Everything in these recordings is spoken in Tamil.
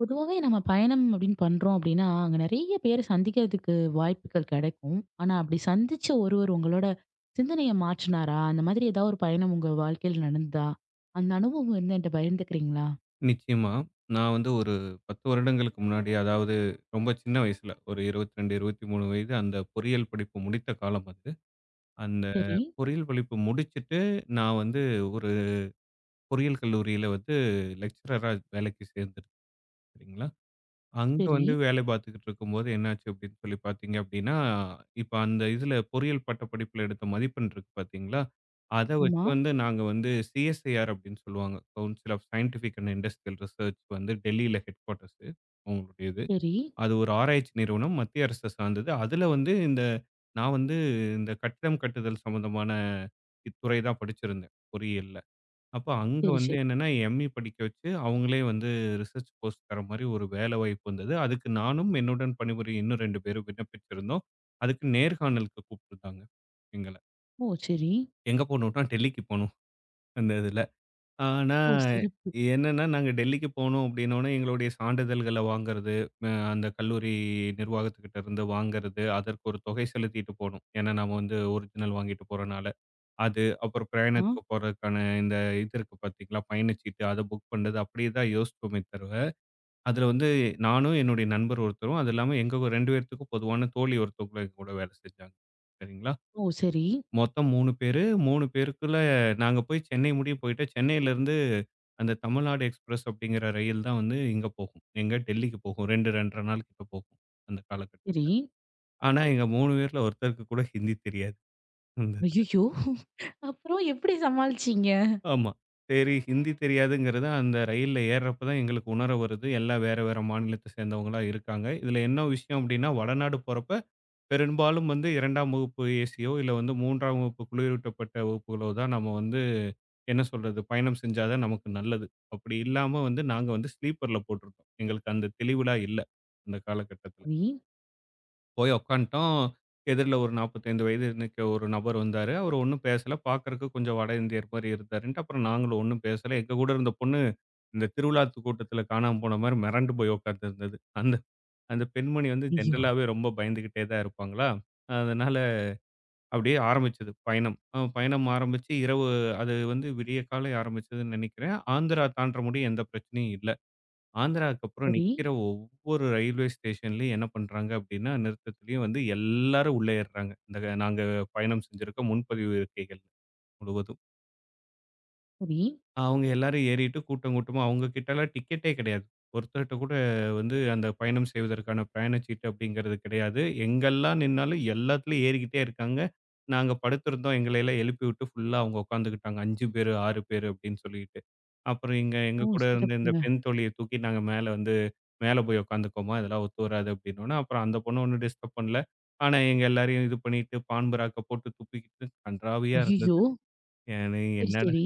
பொதுவாவே நம்ம பயணம் அப்படின்னு பண்றோம் அப்படின்னா, அங்க நெறைய பேர சந்திக்கிறதுக்கு வாய்ப்புகள் கெடைக்கும். ஆனா அப்படி சந்திச்ச ஒருவர் உங்களோட சிந்தனைய மாற்றுனாரா? அந்த மாதிரி ஏதாவது ஒரு பயணம் உங்க வாழ்க்கையில நடந்ததா? அந்த அனுபவம் வந்து என்ட்ட பகிர்ந்துக்கிறீங்களா? நிச்சயமா. நான் வந்து ஒரு 10 வருடங்களுக்கு முன்னாடி, அதாவது ரொம்ப சின்ன வயசுல, ஒரு 22, 23 வயது அந்த பொறியியல் படிப்பு முடித்த காலம் அது. அந்த சரி, பொறியியல் படிப்பு முடிச்சுட்டு, நான் வந்து ஒரு பொறியியல் கல்லூரியில வந்து லெக்சரரா வேலைக்கு சேர்ந்தேன். சரிங்களா? அங்க சரி. வந்து வேலை பார்த்துக்கிட்டு இருக்கும்போது என்னாச்சு அப்படின்னு சொல்லி பார்த்தீங்க அப்படின்னா, இப்ப அந்த இதுல பொறியியல் பட்டப்படிப்புல எடுத்த மதிப்பெண் இருக்கு பார்த்தீங்களா? அத வச்சு ஆமா. வந்து நாங்க வந்து சிஎஸ்ஐஆர் அப்படின்னு சொல்லுவாங்க. Council of scientific and industrial research வந்து டெல்லியில ஹெட் குவார்ட்டர்ஸு அவங்களுடைய இது. சரி. அது ஒரு ஆராய்ச்சி நிறுவனம் மத்திய அரச சார்ந்தது. அதுல வந்து இந்த நான் வந்து இந்த கட்டிடம் கட்டுதல் சம்பந்தமான இத்துறை தான் படிச்சிருந்தேன் பொறியியல்ல. அப்ப அங்க சரி, வந்து சரி. என்னன்னா எம்.இ. படிக்க வச்சு, அவங்களே வந்து ரிசர்ச் போஸ்ட் தர மாரி ஒரு வேலை வாய்ப்பு வந்தது. அதுக்கு நானும் என்னுடன் பணிபுரியும் இன்னும் 2 பேரும் விண்ணப்பிச்சிருந்தோம். அதுக்கு நேர்காணலுக்கு கூப்பிட்டுருந்தாங்க எங்கள. ஓ, சரி. எங்க போணும்னா டெல்லிக்கு போணும் அந்த இதுல. ஆனா ஓ, சிறப்பு. என்னன்னா, நாங்க டெல்லிக்கு போனோம் அப்படின்னோனே எங்களுடைய சான்றிதழ்கள வாங்குறது, அந்த கல்லூரி நிர்வாகத்துக்கிட்ட இருந்து வாங்குறது, அதற்கு ஒரு தொகை செலுத்திட்டு போணும். ஏன்னா நாம வந்து ஒரிஜினல் வாங்கிட்டு போறனால. அது அப்புறம் ஆ. பிரயாணத்துக்கு போறதுக்கான இந்த இது இருக்கு பார்த்தீங்களா? பயணச்சீட்டு அத புக் பண்ணது அப்படியே தான் யோசிச்சோமே தவிர, அதுல வந்து நானும், என்னுடைய நண்பர் ஒருத்தரும், அது இல்லாம எங்க 2 பேர்த்துக்கும் பொதுவான தோழி ஒருத்தவங்களும் எங்க கூட வேலை செஞ்சாங்க. சரிங்களா? ஓ, சரி, மொத்தம் 3 பேரு. 3 பேருக்குள்ள நாங்க போய் சென்னை முடிய போயிட்டு, சென்னையிலருந்து அந்த தமிழ்நாடு எக்ஸ்பிரஸ் அப்படிங்கிற ரயில் தான் வந்து இங்க போகும். எங்க டெல்லிக்கு போகும். 2 1/2 நாள் கிட்ட போகும். அந்த காலகட்டம். சரி. ஆனா எங்க 3 பேர்ல ஒருத்தருக்கு கூட ஹிந்தி தெரியாது. அந்த இதுல. ஐய்யய்யோ! அப்புறம் எப்படி சமாளிச்சீங்க? ஆமா. சரி, ஹிந்தி தெரியாதுங்கிறது அந்த ரயில்ல ஏர்றப்ப தான் எங்களுக்கு உணர வருது. எல்லாம் வேற வேற மாநிலத்த சேர்ந்தவங்களா இருக்காங்க. இதுல என்ன விஷயம் அப்டின்னா, வடநாடு போறப்ப பெரும்பாலும் வந்து 2ஆம் வகுப்பு ஏசியோ, இல்ல வந்து 3ஆம் வகுப்பு குளிரூட்டப்பட்ட வகுப்புகளோ தான் நம்ம வந்து என்ன சொல்றது? பயணம் செஞ்சா தான் நமக்கு நல்லது. அப்படி இல்லாம வந்து நாங்க வந்து ஸ்லீப்பர்ல போட்டிருந்தோம். எங்களுக்கு அந்த தெளிவுலாம் இல்ல, அந்த காலகட்டத்துல. சரி. போய் உட்காந்துட்டோம். எதிர்ல ஒரு 45 வயது நிக்க ஒரு நபர் வந்தாரு. அவரு ஒண்ணும் பேசல. பார்க்கறக்கு கொஞ்சம் வட இந்தியர் மாரி இருந்தாருன்ட்டு, அப்புறம் நாங்களும் ஒண்ணும் பேசல. எங்க கூட இருந்த பொண்ணு, இந்த திருவிழா கூட்டத்துல காணாம போன மாரி மிரண்டு போய் உட்கார்ந்திருந்தது. அந்த அந்த பெண்மணி வந்து ஐயோ! ஜென்ரலாவே ரொம்ப பயந்துகிட்டே தான் இருப்பாங்களா, அதனால அப்படியே ஆரம்பிச்சது பயணம். பயணம் ஆரம்பிச்சு இரவு அது வந்து விடிய காலை ஆரம்பிச்சதுன்னு நெனைக்கிறேன். ஆந்திரா தாண்ட முடிய எந்த பிரச்சனையும் இல்ல. ஆந்திராவுக்கு அப்புறம் சரி, நிக்கிற ஒவ்வொரு ரயில்வே ஸ்டேஷன்லயும் என்ன பண்றாங்க அப்படின்னா, நிறுத்தத்திலயும் வந்து எல்லாரும் உள்ள ஏறுறாங்க. இந்த நாங்க பயணம் செஞ்சிருக்க முன்பதிவு இருக்கைகள் முழுவதும். சரி. அவங்க எல்லாரும் ஏறிட்டு கூட்டம் கூட்டமா அவங்க கிட்டலாம் டிக்கெட்டே கிடையாது. ஒருத்தர்ட்ட கூட வந்து அந்த பயணம் செய்வதற்கான பிரயாணச்சீட்டு அப்படிங்கிறது கிடையாது. எங்கெல்லாம் நின்னாலும் எல்லாத்துலயும் ஏறிக்கிட்டே இருக்காங்க. நாங்க படுத்திருந்தோம். எங்கள எல்லாம் எழுப்பி விட்டு ஃபுல்லா அவங்க உட்காந்துக்கிட்டாங்க. 5 பேரு, 6 பேரு அப்படின்னு சொல்லிட்டு. அப்புறம் எங்க எங்க ஓ, கூட இருந்த இந்த சிறப்புங்க. பெண் தோழிய தூக்கி நாங்க மேல வந்து மேல போய் உட்காந்துக்கோமா, இதெல்லாம் ஒத்து வராது அப்படின்னோன, அப்புறம் அந்த பொண்ணு ஒண்ணும் டிஸ்டர்ப் பண்ணல. ஆனா எங்க எல்லாரையும் இது பண்ணிட்டு பான்பராக்க போட்டு துப்பிக்கிட்டு கன்றாவியா ஐய்யய்யோ! இருந்தது. ஏன்னா சரி, என்னடா சரி.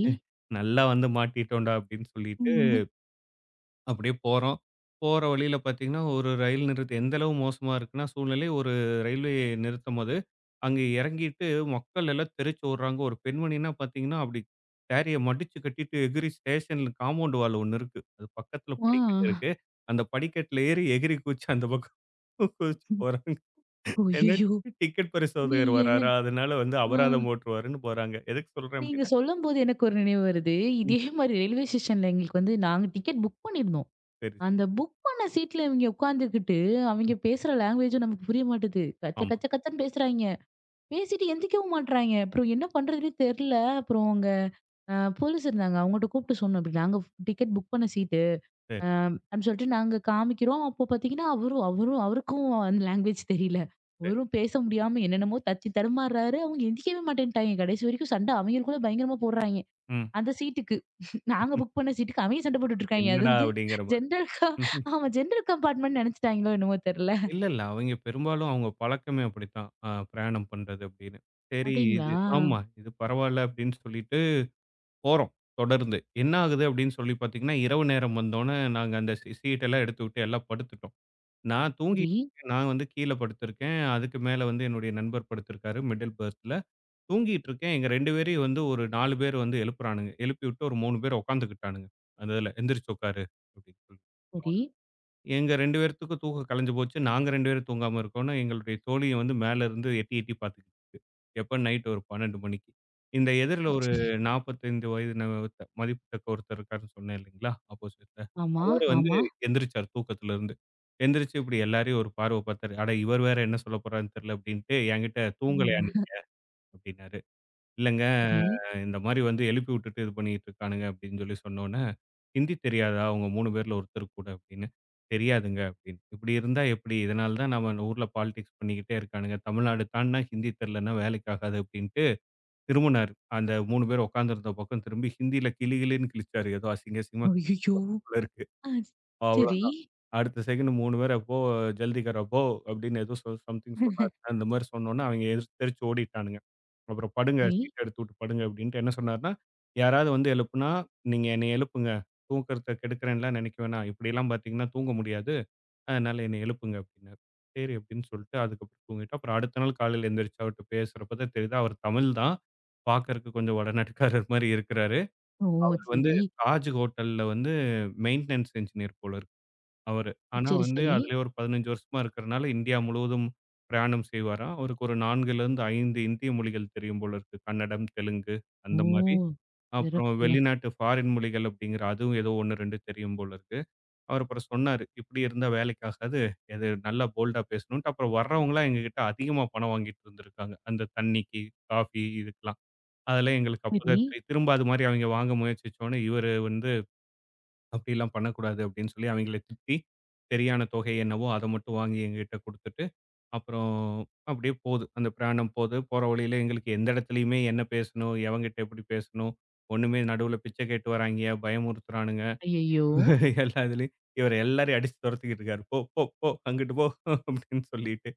நல்லா வந்து மாட்டிட்டோம்டா அப்படின்னு சொல்லிட்டு அப்படியே போறோம். போற வழியில பார்த்தீங்கன்னா, ஒரு ரயில் நிறுத்தம் எந்த அளவு மோசமா இருக்குன்னா, சூழ்நிலை ஒரு ரயில்வே நிறுத்தம் அது. அங்கே இறங்கிட்டு மக்கள் எல்லாம் தெறிச்சு ஓடுறாங்க. ஒரு பெண்மணின்னா பார்த்தீங்கன்னா, அப்படி சாரிய மடிச்சு கட்டிட்டு எகிறி ஸ்டேஷன்ல காம்பவுண்ட் வால் ஒண்ணு இருக்கு. அது பக்கத்துல ஆ. படிக்கட்டு இருக்கு. அந்த படிக்கட்டுல ஏறி எகிறி குதிச்சு அந்த பக்கம் குதிச்சு போறாங்க. ஏன்னா அய்யய்யோ! டிக்கெட் பரிசோதகர் நீங்க வராரா, அதனால வந்து அபராதம் ஆ. போட்டுருவாருன்னு போறாங்க. எதுக்கு சொல்றேன் நீங்க அப்படின்னா சொல்லும்போது எனக்கு ஒரு நினைவு வருது. ம். இதே மாரி ரயில்வே ஸ்டேஷன்ல எங்களுக்கு வந்து நாங்க டிக்கெட் புக் பண்ணியிருந்தோம். சரி, சரி. அந்த புக் பண்ண சீட்ல இவங்க உட்காந்துக்கிட்டு, ம். அவைங்க பேசுற லாங்குவேஜும் நமக்கு புரிய மாட்டுது. கச்ச ஆமா. கச்ச கச்சன்னு பேசுறாய்ங்க. பேசிட்டு எந்திரிக்கவும் மாட்றாய்ங்க. அப்புறம் என்ன பண்றதுன்னே தெர்ல. அப்புறம் அங்க போலீஸ் இருந்தாங்க. அவங்கட்ட கூப்ட்டு சொன்னோம். இப்டி நாங்க டிக்கெட் புக் பண்ண சீட் சரி, ஆம், அப்படின்னு சொல்லிட்டு நாங்க காமிக்கிறோம். அப்போ பார்த்தீங்கன்னா, அவரும் அவரும் அவருக்கும் அந்த லாங்குவேஜ் தெரியல. சரி. அவரும் பேச முடியாம என்னென்னமோ தத்தி தடுமாறுறாரு. அவங்க எந்திரிக்கவே மாட்டேன்ட்டாய்ங்க. கடைசி வரைக்கும் சண்டை அவைங்களுக்குள்ள பயங்கரமா போடுறாய்ங்க. ம். அந்த சீட்டுக்கு. நாங்க புக் பண்ண சீட்டுக்கு அவைங்க சண்டை போட்டுட்டு இருக்காய்ங்க. அது என்னடா! வந்து அப்படிங்கிற மாரி. ஜென்ரல் கா ஆமா, ஜென்ரல் கம்பார்ட்மெண்ட் நெனைச்சுட்டாய்ங்களோ என்னமோ தெரியல. இல்ல, இல்ல. அவைங்க பெரும்பாலும் அவங்க பழக்கமே அப்படித்தான். பிரயாணம் பண்றது அப்படின்னு. சரி இது அப்படிங்களா? ஆமா. இது பரவால்ல அப்படின்னு சொல்லிட்டு போறோம். தொடர்ந்து. என்ன ஆகுது அப்படின்னு சொல்லி பார்த்தீங்கன்னா, இரவு நேரம் வந்தோனே நாங்க அந்த சீட் எல்லாம் எடுத்துவிட்டு எல்லாம் படுத்துட்டோம். நான் சரி, தூங்கிட்டு இருக்கேன். நான் வந்து கீழ படுத்திருக்கேன். அதுக்கு மேல வந்து என்னுடைய நண்பர் படுத்திருக்காரு மிடில் பெர்த்ல. தூங்கிட்டு இருக்கேன். எங்க 2 பேரையும் வந்து ஒரு 4 பேர் வந்து எழுப்புறானுங்க. எழுப்பிவிட்டு ஒரு 3 பேர் உட்காந்துக்கிட்டானுங்க. அந்த இதுல. "எந்திரிச்சு உட்காரு" அப்படின்னு சொல்லி. சரி. எங்க 2 பேர்த்துக்கும் தூக்கம் கலஞ்சு போச்சு. நாங்க 2 பேரும் தூங்காம இருக்கோம்ன்னு, எங்களுடைய தோழிய வந்து மேல இருந்து எட்டி எட்டி பார்த்துக்கிட்டு இருக்கு. எப்ப நைட் ஒரு 12 மணிக்கு. இந்த எதிர்ல ஓ, ஆமா. ஒரு சரி. 45 வயது ஒருத்த மதிப்புத்தக்க ஒருத்தர் இருக்காருன்னு சொன்னேன் இல்லைங்களா? ஆப்போசிட்ல. ஆமா, அவரு வந்து ஆமா. எந்திரிச்சாரு தூக்கத்துல இருந்து. எந்திரிச்சு இப்படி எல்லாரையும் ஒரு பார்வை பார்த்தாரு. "அட இவர் வேற என்ன சொல்லப் போறாருன்னு தெரியல" அப்படின்ட்டு, "என்கிட்ட தூங்கலையா நீ?" ம். அப்படின்னாரு. இல்லங்க, சரி. இந்த மாரி வந்து எழுப்பி விட்டுட்டு இது பண்ணிட்டு இருக்கானுங்க அப்படின்னு சொல்லி சொன்னோனே, "ஹிந்தி தெரியாதா? உங்க 3 பேர்ல ஒருத்தருக்கு கூட" அப்படின்னு. "தெரியாதுங்க" அப்படின்னு. "இப்படி இருந்தா எப்படி? இதனால தான் நம்ம இந்த ஊர்ல பாலிடிக்ஸ் பண்ணிக்கிட்டே இருக்கானுங்க. தமிழ்நாடு தாண்டுனா ஹிந்தி தெரியலன்னா வேலைக்கு ஆகாது" அப்படின்ட்டு திரும்புனாரு. அந்த 3 பேர் உட்கார்ந்திருந்த பக்கம் திரும்பி ஹிந்தியில கிளி கிளின்னு கிழிச்சாரு. ஏதோ அசிங்க அசிங்கமா ஐய்யய்யோ! போல இருக்கு. ஆ, சரி. அவ்வளோதான். அடுத்த செகண்ட் 3 பேர் "அப்போ ஜல்தி கரோ, அப்போ" அப்படின்னு ஏதோ சம்திங் சொன்னாரு. அந்த மாரி சொன்னோனே, அவங்க எந்திரிச்சு ஓடிட்டானுங்க. அப்புறம் படுங்க. சரி. சீட்ட எடுத்துவுட்டு படுங்க அப்டின்ட்டு என்ன சொன்னாருன்னா, யாராவது வந்து எழுப்புனா, நீங்க என்னைய எழுப்புங்க. தூக்கத்த கெடுக்கிறேன்லாம் நெனைக்க வேணாம். இப்படிலாம் பார்த்தீங்கன்னா தூங்க முடியாது. அதனால என்னைய எழுப்புங்க அப்டின்னாரு. சரி அப்டின்னு சொல்லிட்டு அதுக்கப்புறம் தூங்கிட்டோம். அப்புறம் அடுத்த நாள் காலையில எந்திரிச்சு அவர்ட்ட பேசுறப்ப தான் தெரியுது, அவர் தமிழ் தான். பார்க்கறக்கு கொஞ்சம் வடநாட்டுக்காரர் மாரி இருக்கிறாரு. ஓ, அவர் வந்து சரி. தாஜ் ஹோட்டல்ல வந்து மெயின்டனன்ஸ் என்ஜினியர் போல இருக்கு. அவரு. ஆனா சரி, வந்து சரி. அதிலயே ஒரு 15 வருஷமா இருக்கிறனால இந்தியா முழுவதும் பிரயாணம் செய்வாராம். அவருக்கு ஒரு 4லிருந்து 5 இந்திய மொழிகள் தெரியும் போல இருக்கு. கன்னடம், தெலுங்கு அந்த மாரி. ஓ, அப்புறம் சிறப்புங்க. வெளிநாட்டு ஃபாரின் மொழிகள் அப்படிங்கிற அதுவும் ஏதோ 1, 2 தெரியும் போல இருக்கு. அவர் அப்புறம் சொன்னாரு. இப்படி இருந்தா வேலைக்கு ஆகாது. எது நல்லா போல்டா பேசணும்ன்ட்டு அப்புறம் வர்றவங்கலாம் எங்ககிட்ட அதிகமா பணம் வாங்கிட்டு இருந்திருக்காங்க. அந்த தண்ணிக்கு, காஃபி இதுக்கெல்லாம். அதெல்லாம் எங்களுக்கு சரி. அப்பதான் தெரியும். திரும்ப அது மாரி அவங்க வாங்க முயற்சிச்சோனே இவரு வந்து அப்படிலாம் பண்ணக்கூடாது அப்படின்னு சொல்லி அவங்கள திட்டி, சரியான தொகை என்னவோ அதை மட்டும் வாங்கி எங்ககிட்ட குடுத்துட்டு, அப்புறம் அப்படியே போகுது. அந்த பிரயாணம் போது, போற வழியில எங்களுக்கு எந்த இடத்துலயுமே என்ன பேசணும், எவன்கிட்ட எப்படி பேசணும், ஒண்ணுமே நடுவுல பிச்சை கேட்டு வர்றாய்ங்க, பயமுறுத்துறானுங்க. ஐயய்யோ! எல்லா இதுலயும் இவர் எல்லாரையும் அடிச்சு துரத்திக்கிட்டு இருக்காரு. "போ, போ, போ அங்கிட்டு போ" அப்படின்னு சொல்லிட்டு.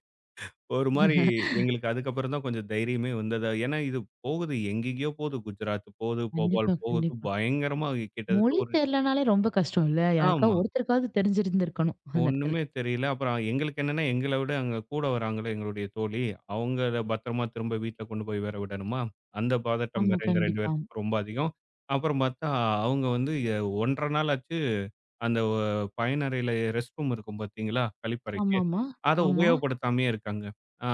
ஒரு மாரி எங்களுக்கு அதுக்கப்புறம் தான் கொஞ்சம் தைரியமே வந்தது. ஏன்னா இது போகுது எங்கெங்கேயோ போகுது. குஜராத் போகுது, கண்டிப்பா, போபால் போகுது, கண்டிப்பா. பயங்கரமா கிட்டத்தட்ட மொழி ஒரு தெரியலனாலே ரொம்ப கஷ்டம் இல்ல? யாருக்கா ஆமா. ஒருத்தருக்காவது தெரிஞ்சிருந்திருக்கணும் அந்த இடத்துல. ஒண்ணுமே தெரியல. அப்புறம் எங்களுக்கு என்னன்னா, எங்கள விட அங்க கூட வராங்கல்ல எங்களுடைய தோழி, அவங்கள பத்திரமா திரும்ப வீட்ல கொண்டு போய் வேற விடணுமா, அந்த பதட்டம் ஆமா. வேற எங்க 2 கண்டிப்பா. பேத்துக்கும் ரொம்ப அதிகம். அப்புறம் பார்த்தா, அவங்க வந்து 1 1/2 நாள் ஆச்சு, அந்த பயனறையில ரெஸ்ட் ரூம் இருக்கும் பார்த்தீங்களா? கழிப்பறைக்கு, ஆமாமா. அத ஆமா. உபயோகப்படுத்தாமயே இருக்காங்க. ஆ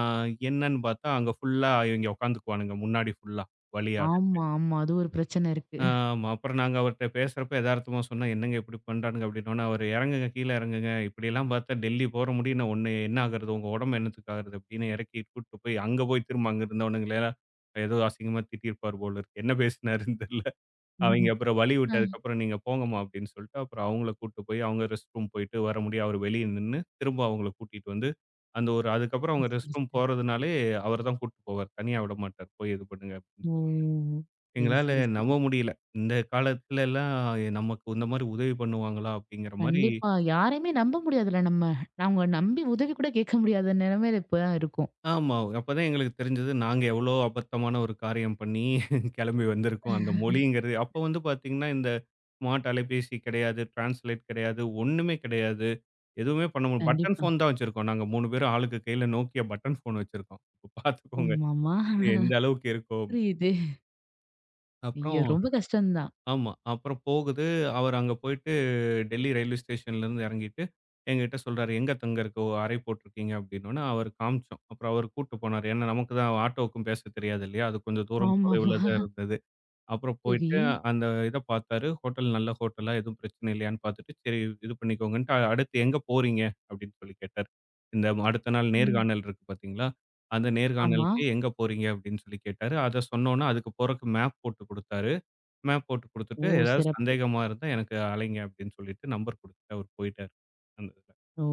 என்னன்னு பார்த்தா, அங்க ஃபுல்லா இவங்க உட்காந்துக்குவானுங்க, முன்னாடி ஃபுல்லா வழியாட. ஆமா, ஆமா. அது ஒரு பிரச்சனை இருக்கு. ஆமா. அப்புறம் நாங்க அவர்ட்ட பேசுறப்ப எதார்த்தமா சொன்னோம். என்னங்க இப்படி பண்றானுங்க அப்படின்னோனே, அவரு "இறங்குங்க, கீழ இறங்குங்க. இப்படியெல்லாம் பார்த்தா டெல்லி போற முடியும். நான் ஒண்ணு என்ன ஆகுறது? உங்க உடம்பு என்னத்துக்கு ஆகுறது?" அப்படின்னு இறக்கி கூட்டிட்டு போய் அங்க போய் திரும்ப அங்க இருந்தவனுங்கள ஏதோ அசிங்கமா திட்டியிருப்பார் போல இருக்கு. என்ன பேசினாருன்னு தெரியல. அவைங்க ம்ஹ்ம். அப்புறம் வழி ஆ. விட்டதுக்கப்புறம் "நீங்க போங்கம்மா" அப்படின்னு சொல்லிட்டு, அப்புறம் அவங்கள கூட்டிட்டு போய் அவங்க ரெஸ்ட் ரூம் போயிட்டு வர முடியும். அவரு வெளிய நின்னு திரும்ப அவங்கள கூட்டிட்டு வந்து, அந்த ஒரு அதுக்கப்புறம் சரி, அவங்க சரி, ரெஸ்ட் ரூம் சரி. போறதுனாலே அவரு தான் கூட்டிட்டு போவார். தனியா விடமாட்டார். "போய் இது பண்ணுங்க." ஓ, சரி, எங்களால சரி, நம்ப சரி. முடியல. இந்த காலத்துலலாம் நமக்கு இந்த மாரி உதவி பண்ணுவாங்களா? அப்படிங்கிற மாரி கண்டிப்பா. யாரையுமே நம்ப முடியாதுல்ல நம்ம. அவங்க நம்பி உதவி கூட கேட்க முடியாத நிலைமையில இப்பதான் இருக்கோம். ஆமா. அப்பதான் எங்களுக்கு தெரிஞ்சது, நாங்க எவ்வளோ அபத்தமான ஒரு காரியம் பண்ணி கெளம்பி வந்திருக்கோம். அந்த மொழிங்கிறது அப்ப வந்து பாத்தீங்கன்னா, இந்த ஸ்மார்ட் அலைபேசி கிடையாது, டிரான்ஸ்லேட் கிடையாது, ஒண்ணுமே கிடையாது. எதுவுமே பண்ண முடியாது. பட்டன் கண்டிப்பா. ஃபோன் தான் வச்சிருக்கோம். நாங்க 3 பேரும் ஆளுக்கு கையில Nokia பட்டன் ஃபோன் வச்சிருக்கோம். இப்ப பாத்துக்கோங்க, ஆமாமா. எந்த அளவுக்கு இருக்கும். புரியுது. ஐயோ! அப்புறம் ரொம்ப கஷ்டம் தான். ஆமா. அப்புறம் போகுது. அவரு அங்க போயிட்டு டெல்லி ரயில்வே ஸ்டேஷன்லேருந்து எறங்கிட்டு, என்கிட்ட சொல்றாரு, "எங்க தங்கறக்கு அறை போட்டிருக்கீங்க?" அப்படின்னோன, அவரு காமிச்சோம். அப்புறம் அவரு கூட்டு போனாரு. ஏன்னா, நமக்கு தான் ஆட்டோவுக்கும் பேச தெரியாது இல்லையா? அது கொஞ்சம் தூரம் ஆமாமா. தொலைவுல தான் இருந்தது. அப்புறம் சரி. போயிட்டு அந்த இத பார்த்தாரு. ஹோட்டல் நல்ல ஹோட்டலா எதுவும் பிரச்சனை இல்லையான்னு பார்த்துட்டு, சரி இது பண்ணிக்கோங்கன்ட்டு, அடுத்து எங்க போறீங்க? அப்படின்னு சொல்லி கேட்டாரு. இந்த அடுத்த நாள் ம். நேர்காணல் இருக்கு பார்த்தீங்களா? அந்த ஆமா. நேர்காணலுக்கு எங்க போறீங்க? அப்படின்னு சொல்லி கேட்டாரு. அத சொன்னோனே அதுக்கு போறக்கு மேப் போட்டு குடுத்தாரு. மேப் போட்டு ஓ, குடுத்துட்டு, ஏதாவது சிறப்பு. சந்தேகமா இருந்தா எனக்கு அழைங்க அப்படின்னு சொல்லிட்டு நம்பர் குடுத்துட்டு அவரு போயிட்டாரு. அந்த இதுல. ஓ,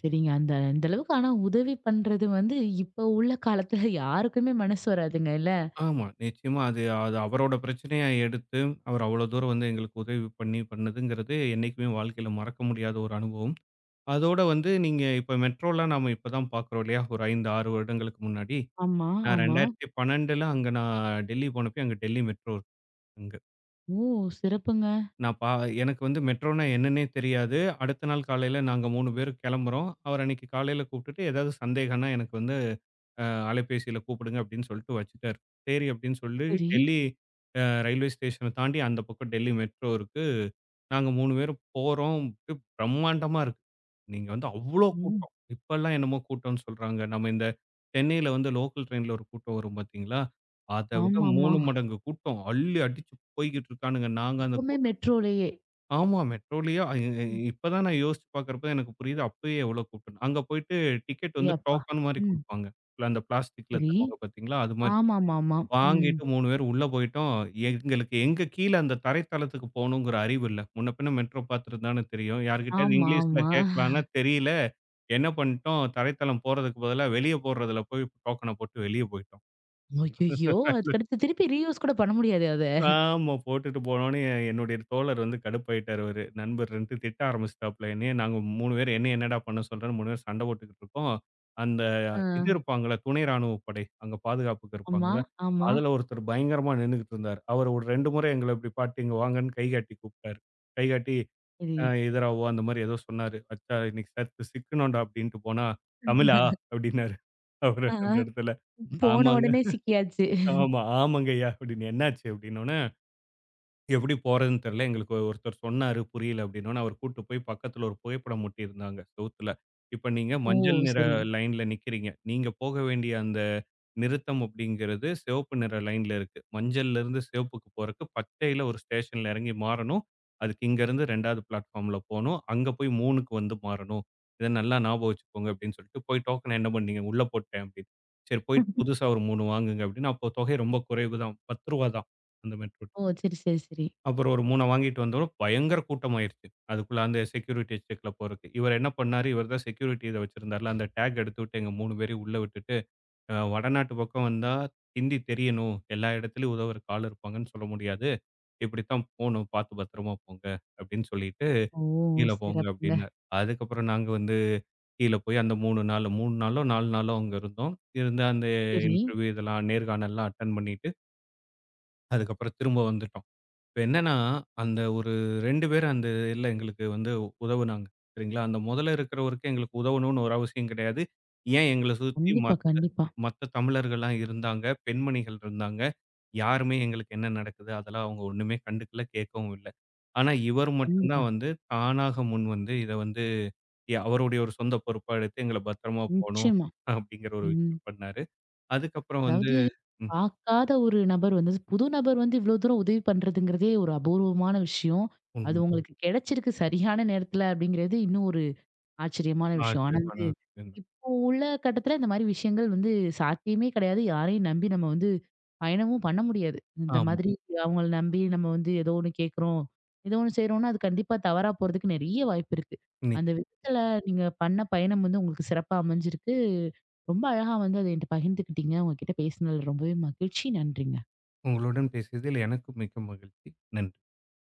சரிங்க. அந்த அந்த அளவுக்கு ஆனா உதவி பண்றது வந்து இப்ப உள்ள காலத்துல யாருக்குமே மனசு வராதுங்க இல்ல? ஆமா, நிச்சயமா அது அது அவரோட பிரச்சனையா எடுத்து, அவர் அவ்வளோ தூரம் வந்து எங்களுக்கு உதவி பண்ணி பண்ணதுங்கிறது என்னைக்குமே வாழ்க்கையில மறக்க முடியாத ஒரு அனுபவம். அதோட வந்து நீங்க இப்ப மெட்ரோலாம் நாம இப்ப தான் பார்க்குறோம் இல்லையா? ஒரு 5, 6 வருடங்களுக்கு முன்னாடி. ஆமா, நான் ஆமா. 2012ல அங்க நான் டெல்லி போனப்ப அங்க டெல்லி மெட்ரோ இருக்கு. ஓ, சிறப்புங்க. நான் பா எனக்கு வந்து மெட்ரோனா என்னன்னே தெரியாது. அடுத்த நாள் காலையில நாங்க 3 பேரும் கெளம்புறோம். அவர் அன்னைக்கு காலையில கூப்பிட்டுட்டு, "ஏதாவது சந்தேகம்னா எனக்கு வந்து அ அலைபேசியில கூப்பிடுங்க" அப்படின்னு சொல்லிட்டு வச்சுட்டாரு. சரி அப்படின்னு சொல்லி சரி. டெல்லி ரயில்வே ஸ்டேஷன தாண்டி அந்த பக்கம் டெல்லி மெட்ரோ இருக்கு. நாங்க 3 பேரும் போறோம். அப்படியே பிரம்மாண்டமா இருக்கு. நீங்க வந்து அவ்ளோ ம். கூட்டம். இப்பல்லாம் என்னமோ கூட்டம்னு சொல்றாங்க. நம்ம இந்த சென்னையில வந்து லோக்கல் ட்ரெயின்ல ஒரு கூட்டம் வரும் பாத்தீங்களா? அத விட ஆமாமா. 3 மடங்கு கூட்டம். அள்ளி அடிச்சு போய்க்கிட்டு இருக்கானுங்க. நாங்க அந்த இப்பவுமே கூட்டத்துல மெட்ரோலயே. ஆமா. மெட்ரோலயே அ எ ம். இப்ப தான் நான் யோசிச்சு பார்க்கிறப்ப தான் எனக்கு புரியுது. அப்பயே எவ்வளோ கூட்டம்ன்னு. அங்க போயிட்டு டிக்கெட் ஏ வந்து அப்பா! டோக்கன் மாரி ம். குடுப்பாங்க. அந்த பிளாஸ்டிக்ல சரி. தருவாங்க பார்த்தீங்களா? அது மாரி. ஆமாமாமா. ம். வாங்கிட்டு 3 பேர் உள்ள போயிட்டோம். எங்களுக்கு எங்க கீழ அந்த தரை தளத்துக்கு போகணுங்கிற அறிவு இல்ல. முன்ன பின்ன மெட்ரோ பார்த்துருந்தானு தெரியும். யார்கிட்டயாவது ஆமா, இங்கிலீஷ்ல ஆமா. கேட்கலான்னா தெரியல. என்ன பண்ணிட்டோம், தரைத்தளம் போறதுக்கு பதிலா வெளிய போடுறதுல போய் டோக்கன போட்டு வெளிய போயிட்டோம். ஐயய்யோ! அதுக்கடுத்து திருப்பி ரீயூஸ் கூட பண்ண முடியாது அத. ஆமா. போட்டுட்டு போனோனே என்னுடைய தோழர் வந்து கடுப்பாயிட்டாரு அவரு. நண்பர் வந்து திட்ட ஆரம்பிச்சுட்டாப்ல என்னைய. நாங்க 3 பேரு என்னைய என்னடா பண்ண சொல்றன்னு 3 பேரும் சண்ட போட்டுக்கிட்டு இருக்கோம். அந்த ஆ. இது இருப்பாங்கல்ல, துணை ராணுவ படை. அங்க பாதுகாப்புக்கு ஆமா, இருப்பாங்கல்ல. ஆமா. அதுல ஒருத்தர் பயங்கரமா நின்னுகிட்டு இருந்தாரு. அவரு ஒரு 2 முறை எங்கள இப்படி பாத்து இங்க வாங்கன்னு கைகாட்டி கூப்ட்டாரு. கைகாட்டி சரி. எதிராவோ அந்த மாரி ஏதோ சொன்னாரு. "அச்சா இன்னைக்கு சத்து சிக்கணும்டா" அப்படின்ட்டு போனா, "தமிழா?" அப்படின்னாரு. அவரு ஆ. அந்த இடத்துல. போன ஆமாங்க. உடனே சிக்கியாச்சு. ஆமா. ஆமாங்கய்யா அப்படின்னு. என்னாச்சு? அப்படின்னோன எப்படி போறதுன்னு தெரியல. எங்களுக்கு ஒருத்தர் சொன்னாரு, புரியல அப்படின்னோனே, அவரு கூட்டு போய் பக்கத்துல ஒரு புகைப்படம் ஒட்டியிருந்தாங்க செவுத்துல. இப்ப நீங்க ஓ, மஞ்சள் நிற சரி. லைன்ல நிக்கிறீங்க. நீங்க போக வேண்டிய அந்த நிறுத்தம் அப்படிங்கிறது சிவப்பு நிற லைன்ல இருக்கு. மஞ்சள்ல இருந்து சிவப்புக்கு போறக்கு பச்சையில ஒரு ஸ்டேஷன்ல இறங்கி மாறணும். அதுக்கு இங்கருந்து 2வது பிளாட்ஃபார்ம்ல போணும். அங்க போய் 3க்கு வந்து மாறணும். இத நல்லா ஞாபகம் வச்சுக்கோங்க அப்படின்னு சொல்லிட்டு, போய் டோக்கன் என்ன பண்ணீங்க? உள்ள போட்டேன் அப்படின்னு. சரி போயிட்டு புதுசா ஒரு 3 வாங்குங்க அப்படின்னு. அப்போ தொகை ரொம்ப குறைவு தான். ரூ. 10 தான் அந்த மெட்ரோ ஓ, சரி, சரி, சரி. அப்புறம் ஒரு 3 வாங்கிட்டு வந்தோன, பயங்கர கூட்டமாயிருச்சு. அதுக்குள்ள அந்த செக்யூரிட்டி செக்ல போறக்கு. இவர் என்ன பண்ணாரு, இவர் தான் செக்யூரிட்டி இத வச்சிருந்தார்ல, அந்த டேக் எடுத்துவிட்டு எங்க 3 பேரையும் உள்ள விட்டுட்டு, வடநாட்டு பக்கம் வந்தா ஹிந்தி தெரியணும். எல்லா இடத்துலயும் உதவுறக்கு ஆள் இருப்பாங்கன்னு சொல்ல முடியாது. இப்படித்தான் போணும். பார்த்து பத்திரமா போங்க அப்படின்னு சொல்லிட்டு, ஓ, கீழ போங்க சிறப்புங்க. அப்படின்னாரு. அதுக்கப்புறம் நாங்க வந்து கீழ போய் அந்த 3 நாளோ, 4 நாளோ அங்க இருந்தோம். இருந்து அந்த சரி. இன்டர்வியூ இதெல்லாம் நேர்காணல்லாம் அட்டெண்ட் பண்ணிட்டு, அதுக்கப்புறம் திரும்ப வந்துட்டோம். இப்ப என்னன்னா, அந்த ஒரு 2 பேர் அந்த இதுல எங்களுக்கு வந்து உதவுனாங்க. சரிங்களா? அந்த முதல்ல இருக்கிறவருக்கு எங்களுக்கு உதவணும்னு ஒரு அவசியம் கிடையாது. ஏன் எங்கள சுத்தி கண்டிப்பா, மத்த கண்டிப்பா, மத்த தமிழர்கள்லாம் இருந்தாங்க. பெண்மணிகள் இருந்தாங்க. யாருமே எங்களுக்கு என்ன நடக்குது? அதெல்லாம் அவங்க ஒண்ணுமே கண்டுக்கல, கேட்கவும் இல்ல. ஆனா, இவர் மட்டும் கண்டிப்பா. தான் வந்து தானாக முன் வந்து இத வந்து அவருடைய ஒரு சொந்த பொறுப்பா எடுத்து எங்கள பத்திரமா போணும் நிச்சயமா. அப்படிங்கிற ஒரு ம். விஷயம் பண்ணாரு. அதுக்கப்புறம் வந்து அதாவது ம். பார்க்காத ஒரு நபர் வந்து புது நபர் வந்து இவ்ளோ தூரம் உதவி பண்றதுங்கிறதே ஒரு அபூர்வமான விஷயம். அது உண்ம உங்களுக்கு கிடைச்சிருக்கு சரியான நேரத்துல அப்படிங்கிறது இன்னும் ஒரு ஆச்சரியமான விஷயம். ஆனா ஆச்சரியமான வந்து, விஷயம் தான். இப்போ உள்ள கட்டத்துல இந்த மாரி விஷயங்கள் வந்து சாத்தியமே கிடையாது. யாரையும் நம்பி நம்ம வந்து பயணமும் பண்ண முடியாது. இந்த ஆமா. மாதிரி அவங்கள நம்பி நம்ம வந்து ஏதோ ஒண்ணு கேட்குறோம், ஏதோ ஒண்ணு செய்றோம்னா, அது கண்டிப்பா தவறா போறதுக்கு நெறைய வாய்ப்பு இருக்கு. அந்த விதத்துல நீங்க பண்ண பயணம் வந்து உங்களுக்கு சிறப்பா அமைஞ்சிருக்கு. ரொம்ப அழகா வந்து அத என்ட்ட பகிர்ந்துக்கிட்டீங்க. உங்ககிட்ட பேசினதுல ரொம்பவே மகிழ்ச்சி. நன்றிங்க. உங்களுடன் பேசியதில் எனக்கும் மிக்க மகிழ்ச்சி. நன்றி.